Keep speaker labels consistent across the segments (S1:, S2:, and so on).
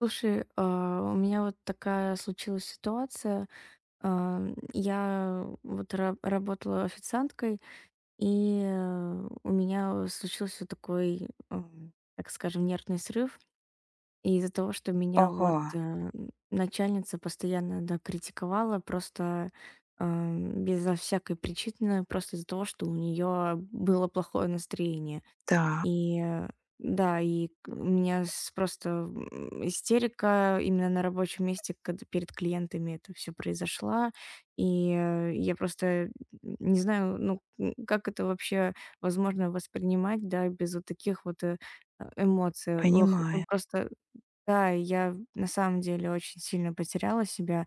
S1: Слушай, у меня вот такая случилась ситуация. Я вот работала официанткой, и у меня случился такой, так скажем, нервный срыв. И из-за того, что меня
S2: Ага,
S1: вот начальница постоянно, да, критиковала, просто безо всякой причины, просто из-за того, что у нее было плохое настроение.
S2: да,
S1: И, э, да, и у меня с просто, истерика именно на рабочем месте, когда перед клиентами это все произошло. Я просто не знаю, ну, как это вообще возможно воспринимать, да, без вот таких вот, эмоций. Ох,
S2: понимаю.
S1: ну, просто, да, я на самом деле очень сильно потеряла себя.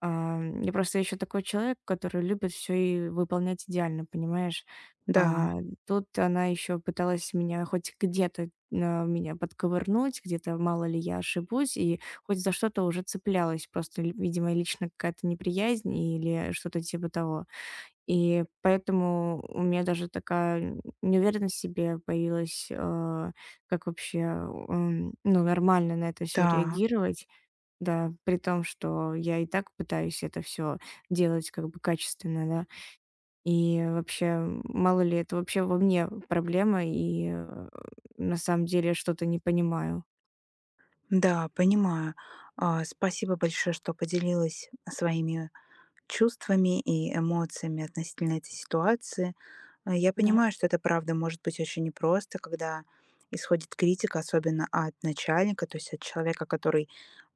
S1: Я просто еще такой человек, который любит все и выполнять идеально, понимаешь?
S2: Да,
S1: А тут она еще пыталась меня хоть где-то, меня подковырнуть, где-то мало ли я ошибусь, и хоть за что-то уже цеплялась. Просто, ли видимо, лично какая-то неприязнь или что-то типа того. И поэтому у меня даже такая неуверенность в себе появилась, как вообще, ну, нормально на это все
S2: да,
S1: реагировать. Да, при том, что я и так пытаюсь это все делать как бы качественно, да. И вообще, мало ли, это вообще во мне проблема, на самом деле что-то не понимаю.
S2: да, понимаю. Спасибо большое, что поделилась своими чувствами и эмоциями относительно этой ситуации. Я
S1: Да,
S2: понимаю, что это правда может быть очень непросто, когда исходит критика, особенно от начальника, то есть от человека, который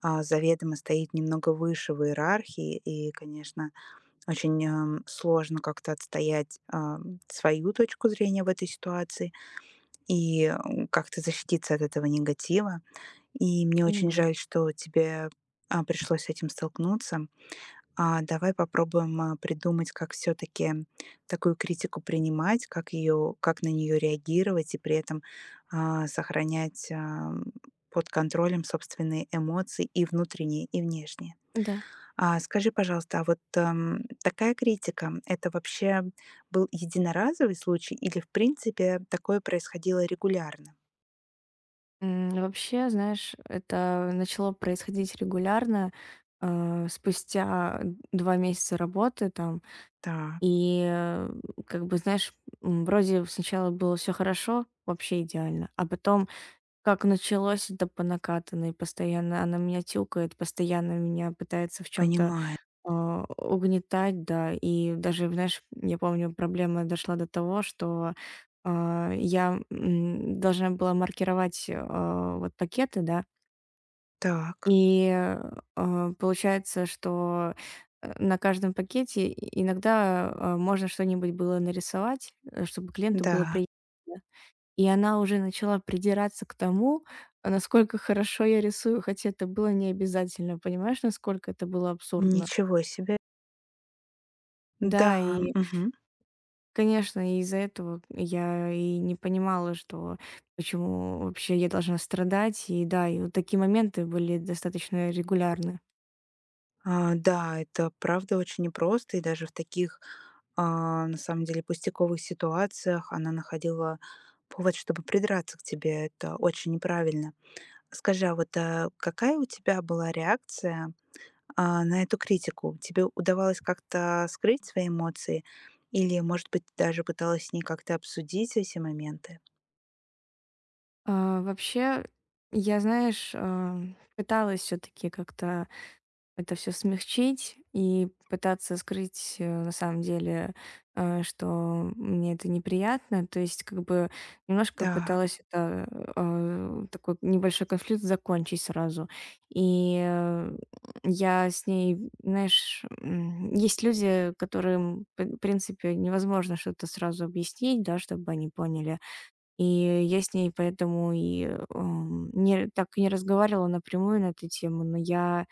S2: заведомо стоит немного выше в иерархии. И, конечно, очень сложно как-то отстоять, свою точку зрения в этой ситуации, и, как-то защититься от этого негатива. И мне очень
S1: понимаю.
S2: жаль, что тебе, пришлось с этим столкнуться. Давай попробуем, придумать, как все таки такую критику принимать, как ее, как на нее реагировать, и при этом сохранять, под контролем собственные эмоции, и внутренние, и внешние.
S1: Да.
S2: Скажи, пожалуйста, а вот, такая критика- это вообще был единоразовый случай или, в принципе, такое происходило регулярно?
S1: Вообще, знаешь, это начало происходить регулярно, спустя 2 месяца работы там.
S2: Да,
S1: И, э, как бы, знаешь, вроде сначала было все хорошо, вообще идеально, а потом как началось, это по накатанной. Постоянно она меня тюкает, постоянно меня пытается в чем то
S2: понимаю.
S1: угнетать, да. И даже, знаешь, я помню, проблема дошла до того, что, я, должна была маркировать, вот пакеты, да.
S2: Так,
S1: И, получается, что, на каждом пакете иногда, можно что-нибудь было нарисовать, чтобы клиенту было
S2: да,
S1: приятно, да. И она уже начала придираться к тому, насколько хорошо я рисую, хотя это было необязательно. Понимаешь, насколько это было абсурдно?
S2: ничего себе.
S1: Да,
S2: Да,
S1: и,
S2: мгм.
S1: конечно, из-за этого я и не понимала, что почему вообще я должна страдать. И да, и вот такие моменты были достаточно регулярны.
S2: Да, это правда очень непросто, и даже в таких, на самом деле, пустяковых ситуациях она находила повод, чтобы придраться к тебе. Это очень неправильно. Скажи, а вот, какая у тебя была реакция, на эту критику? Тебе удавалось как-то скрыть свои эмоции или, может быть, даже пыталась с ней как-то обсудить эти моменты?
S1: Вообще, я, знаешь, пыталась все-таки как-то это все смягчить и пытаться скрыть, на самом деле, что мне это неприятно. То есть как бы немножко
S2: Да,
S1: пыталась это, такой небольшой конфликт закончить сразу. И, э, я с ней, знаешь, есть люди, которым, в принципе, невозможно что-то сразу объяснить, да, чтобы они поняли. И я с ней поэтому и, не так и не разговаривала напрямую на эту тему, но я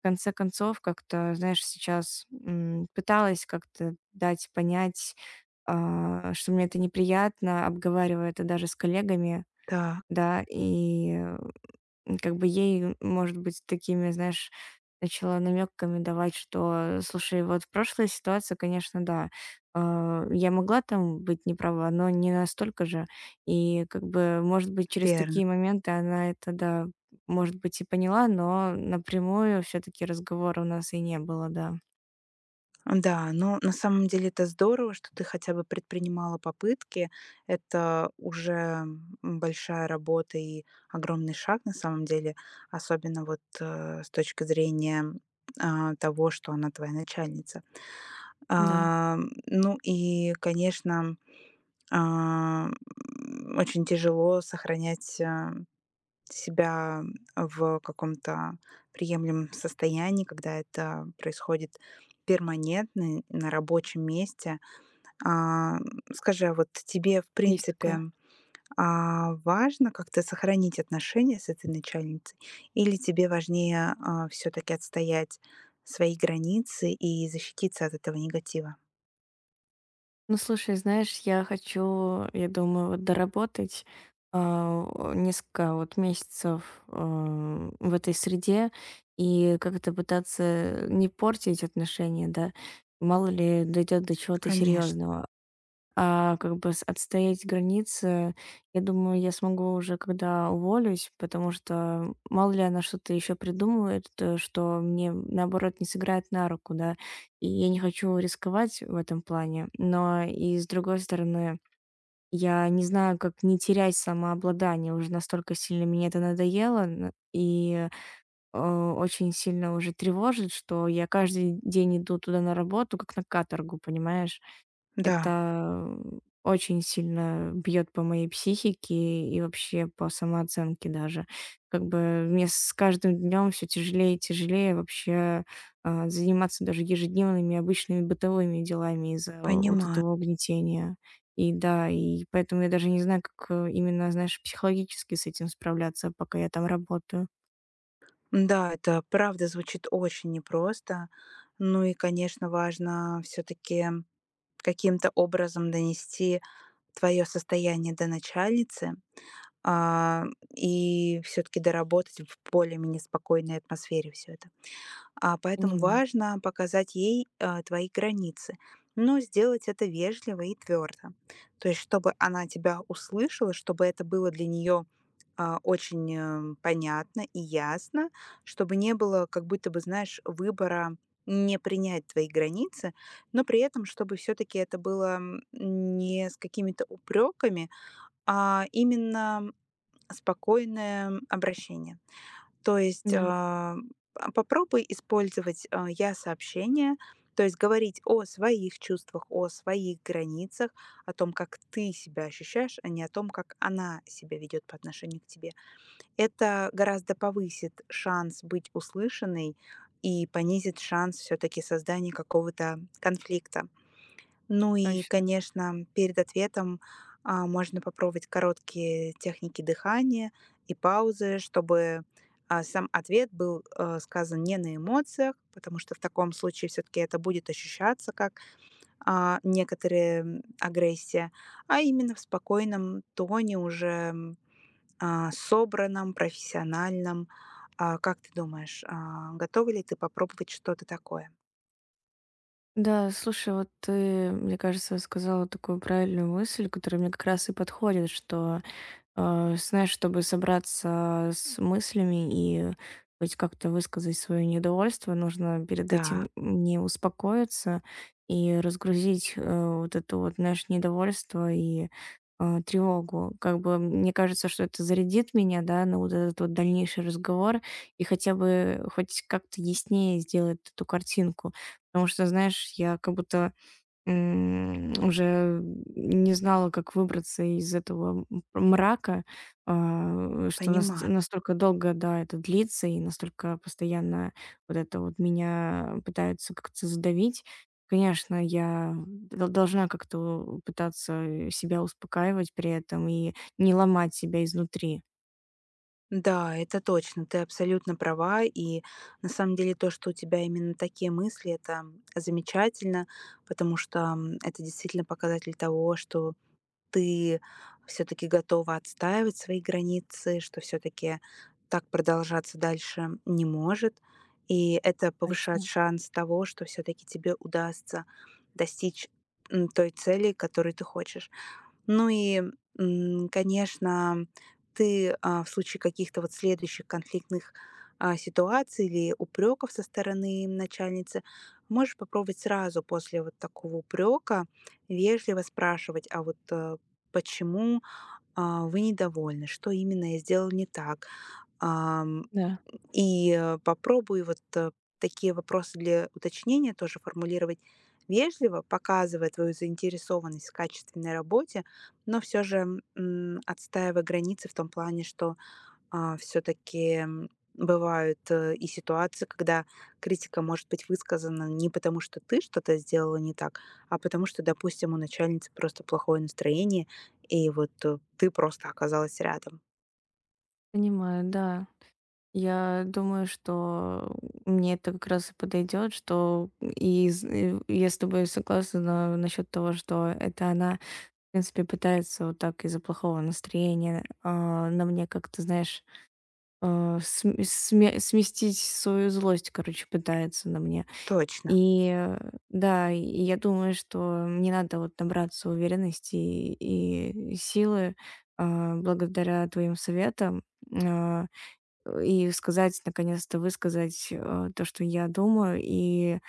S1: в конце концов, как-то, знаешь, сейчас, пыталась как-то дать понять, что мне это неприятно, обговариваю это даже с коллегами,
S2: да,
S1: да, и как бы ей, может быть, такими, знаешь, начала намёками давать, что: "Слушай, вот прошлая ситуация, конечно, да, я могла там быть не права, но не настолько же". И как бы, может быть, через
S2: верно.
S1: такие моменты она это, да, может быть, и поняла, но напрямую все таки разговора у нас и не было, да.
S2: Да, но на самом деле это здорово, что ты хотя бы предпринимала попытки. Это уже большая работа и огромный шаг на самом деле, особенно вот с точки зрения того, что она твоя начальница.
S1: Да,
S2: А, ну и, конечно, очень тяжело сохранять, себя в каком-то приемлемом состоянии, когда это происходит перманентно на рабочем месте. А, скажи, а вот тебе, в
S1: есть
S2: принципе,
S1: такое.
S2: важно как-то сохранить отношения с этой начальницей или тебе важнее все-таки отстоять свои границы и защититься от этого негатива?
S1: Ну, слушай, знаешь, я хочу, я думаю, вот доработать несколько вот месяцев в этой среде и как-то пытаться не портить отношения, да, мало ли дойдет до чего-то
S2: Конечно,
S1: серьезного, как бы отстоять границы. Я думаю, я смогу уже, когда уволюсь, потому что мало ли она что-то еще придумывает, что мне, наоборот, не сыграет на руку, да. И я не хочу рисковать в этом плане. Но и с другой стороны, я не знаю, как не терять самообладание. Уже настолько сильно мне это надоело, э, очень сильно уже тревожит, что я каждый день иду туда на работу, как на каторгу, понимаешь?
S2: да,
S1: Это, очень сильно бьет по моей психике и вообще по самооценке даже. Как бы мне с каждым днем все тяжелее и тяжелее вообще, заниматься даже ежедневными обычными бытовыми делами из-за вот
S2: понимаю.
S1: этого угнетения. И да, и поэтому я даже не знаю, как, именно, знаешь, психологически с этим справляться, пока я там работаю.
S2: Да, это правда звучит очень непросто. Ну и, конечно, важно все-таки каким-то образом донести твое состояние до начальницы, а, и все-таки доработать в более-менее спокойной атмосфере все это. Поэтому
S1: Понимаю.
S2: важно показать ей твои границы, но сделать это вежливо и твердо. То есть, чтобы она тебя услышала, чтобы это было для нее очень понятно и ясно, чтобы не было, как будто бы, знаешь, выбора не принять твои границы, но при этом, чтобы все-таки это было не с какими-то упреками, а именно спокойное обращение. То есть,
S1: Да,
S2: попробуй использовать, я-сообщение, то есть говорить о своих чувствах, о своих границах, о том, как ты себя ощущаешь, а не о том, как она себя ведет по отношению к тебе. Это гораздо повысит шанс быть услышанной и понизит шанс все-таки создания какого-то конфликта. Ну и,
S1: точно.
S2: конечно, перед ответом можно попробовать короткие техники дыхания и паузы, чтобы сам ответ был, сказан не на эмоциях, потому что в таком случае все таки это будет ощущаться как, некоторые, агрессия, а именно в спокойном тоне, уже, собранном, профессиональном. Как ты думаешь, готова ли ты попробовать что-то такое?
S1: Да, слушай, вот ты, мне кажется, сказала такую правильную мысль, которая мне как раз и подходит, что, знаешь, чтобы собраться с мыслями и хоть как-то высказать свое недовольство, нужно перед
S2: Так,
S1: этим не успокоиться и разгрузить, вот это вот, знаешь, недовольство и тревогу. Как бы мне кажется, что это зарядит меня, да, на вот этот вот дальнейший разговор и хотя бы хоть как-то яснее сделает эту картинку. Потому что, знаешь, я как будто уже не знала, как выбраться из этого мрака, что нас
S2: понимаю.
S1: настолько долго, да, это длится, и настолько постоянно вот это вот меня пытаются как-то задавить. Конечно, я должна как-то пытаться себя успокаивать при этом и не ломать себя изнутри.
S2: Да, это точно, ты абсолютно права. И на самом деле то, что у тебя именно такие мысли, это замечательно, потому что это действительно показатель того, что ты все-таки готова отстаивать свои границы, что все-таки так продолжаться дальше не может. И это повышает
S1: Точно,
S2: шанс того, что все-таки тебе удастся достичь той цели, которую ты хочешь. Ну и, конечно, ты, в случае каких-то вот следующих конфликтных, ситуаций или упреков со стороны начальницы, можешь попробовать сразу после вот такого упрека вежливо спрашивать: «А вот, почему, вы недовольны? Что именно я сделал не так?» Ам,
S1: да,
S2: и попробуй вот, такие вопросы для уточнения тоже формулировать вежливо, показывая твою заинтересованность в качественной работе, но все же, отстаивая границы в том плане, что все таки бывают, и ситуации, когда критика может быть высказана не потому, что ты что-то сделала не так, а потому что, допустим, у начальницы просто плохое настроение, и вот, ты просто оказалась рядом.
S1: понимаю, да. Я думаю, что мне это как раз и подойдет, что и я с тобой согласна насчет того, что это она, в принципе, пытается вот так из-за плохого настроения, на мне как-то, знаешь, а, см сме сместить свою злость, короче, пытается на мне.
S2: Точно,
S1: И э, да, и я думаю, что мне надо вот набраться уверенности и силы, благодаря твоим советам. А и сказать, наконец-то высказать, то, что я думаю, и,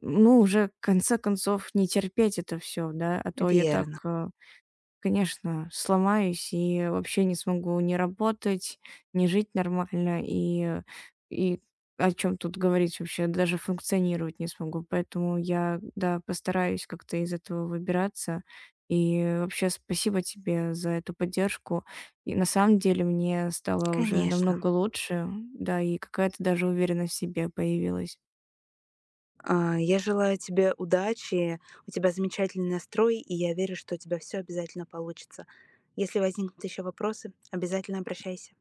S1: ну, уже в конце концов не терпеть это все, да, а то я так,
S2: верно.
S1: конечно, сломаюсь и вообще не смогу ни работать, ни жить нормально, и о чем тут говорить вообще, даже функционировать не смогу. Поэтому я, да, постараюсь как-то из этого выбираться. И вообще спасибо тебе за эту поддержку. И на самом деле мне стало уже
S2: Конечно.
S1: намного лучше, да, и какая-то даже уверенность в себе появилась.
S2: Я желаю тебе удачи. У тебя замечательный настрой, и я верю, что у тебя все обязательно получится. Если возникнут еще вопросы, обязательно обращайся.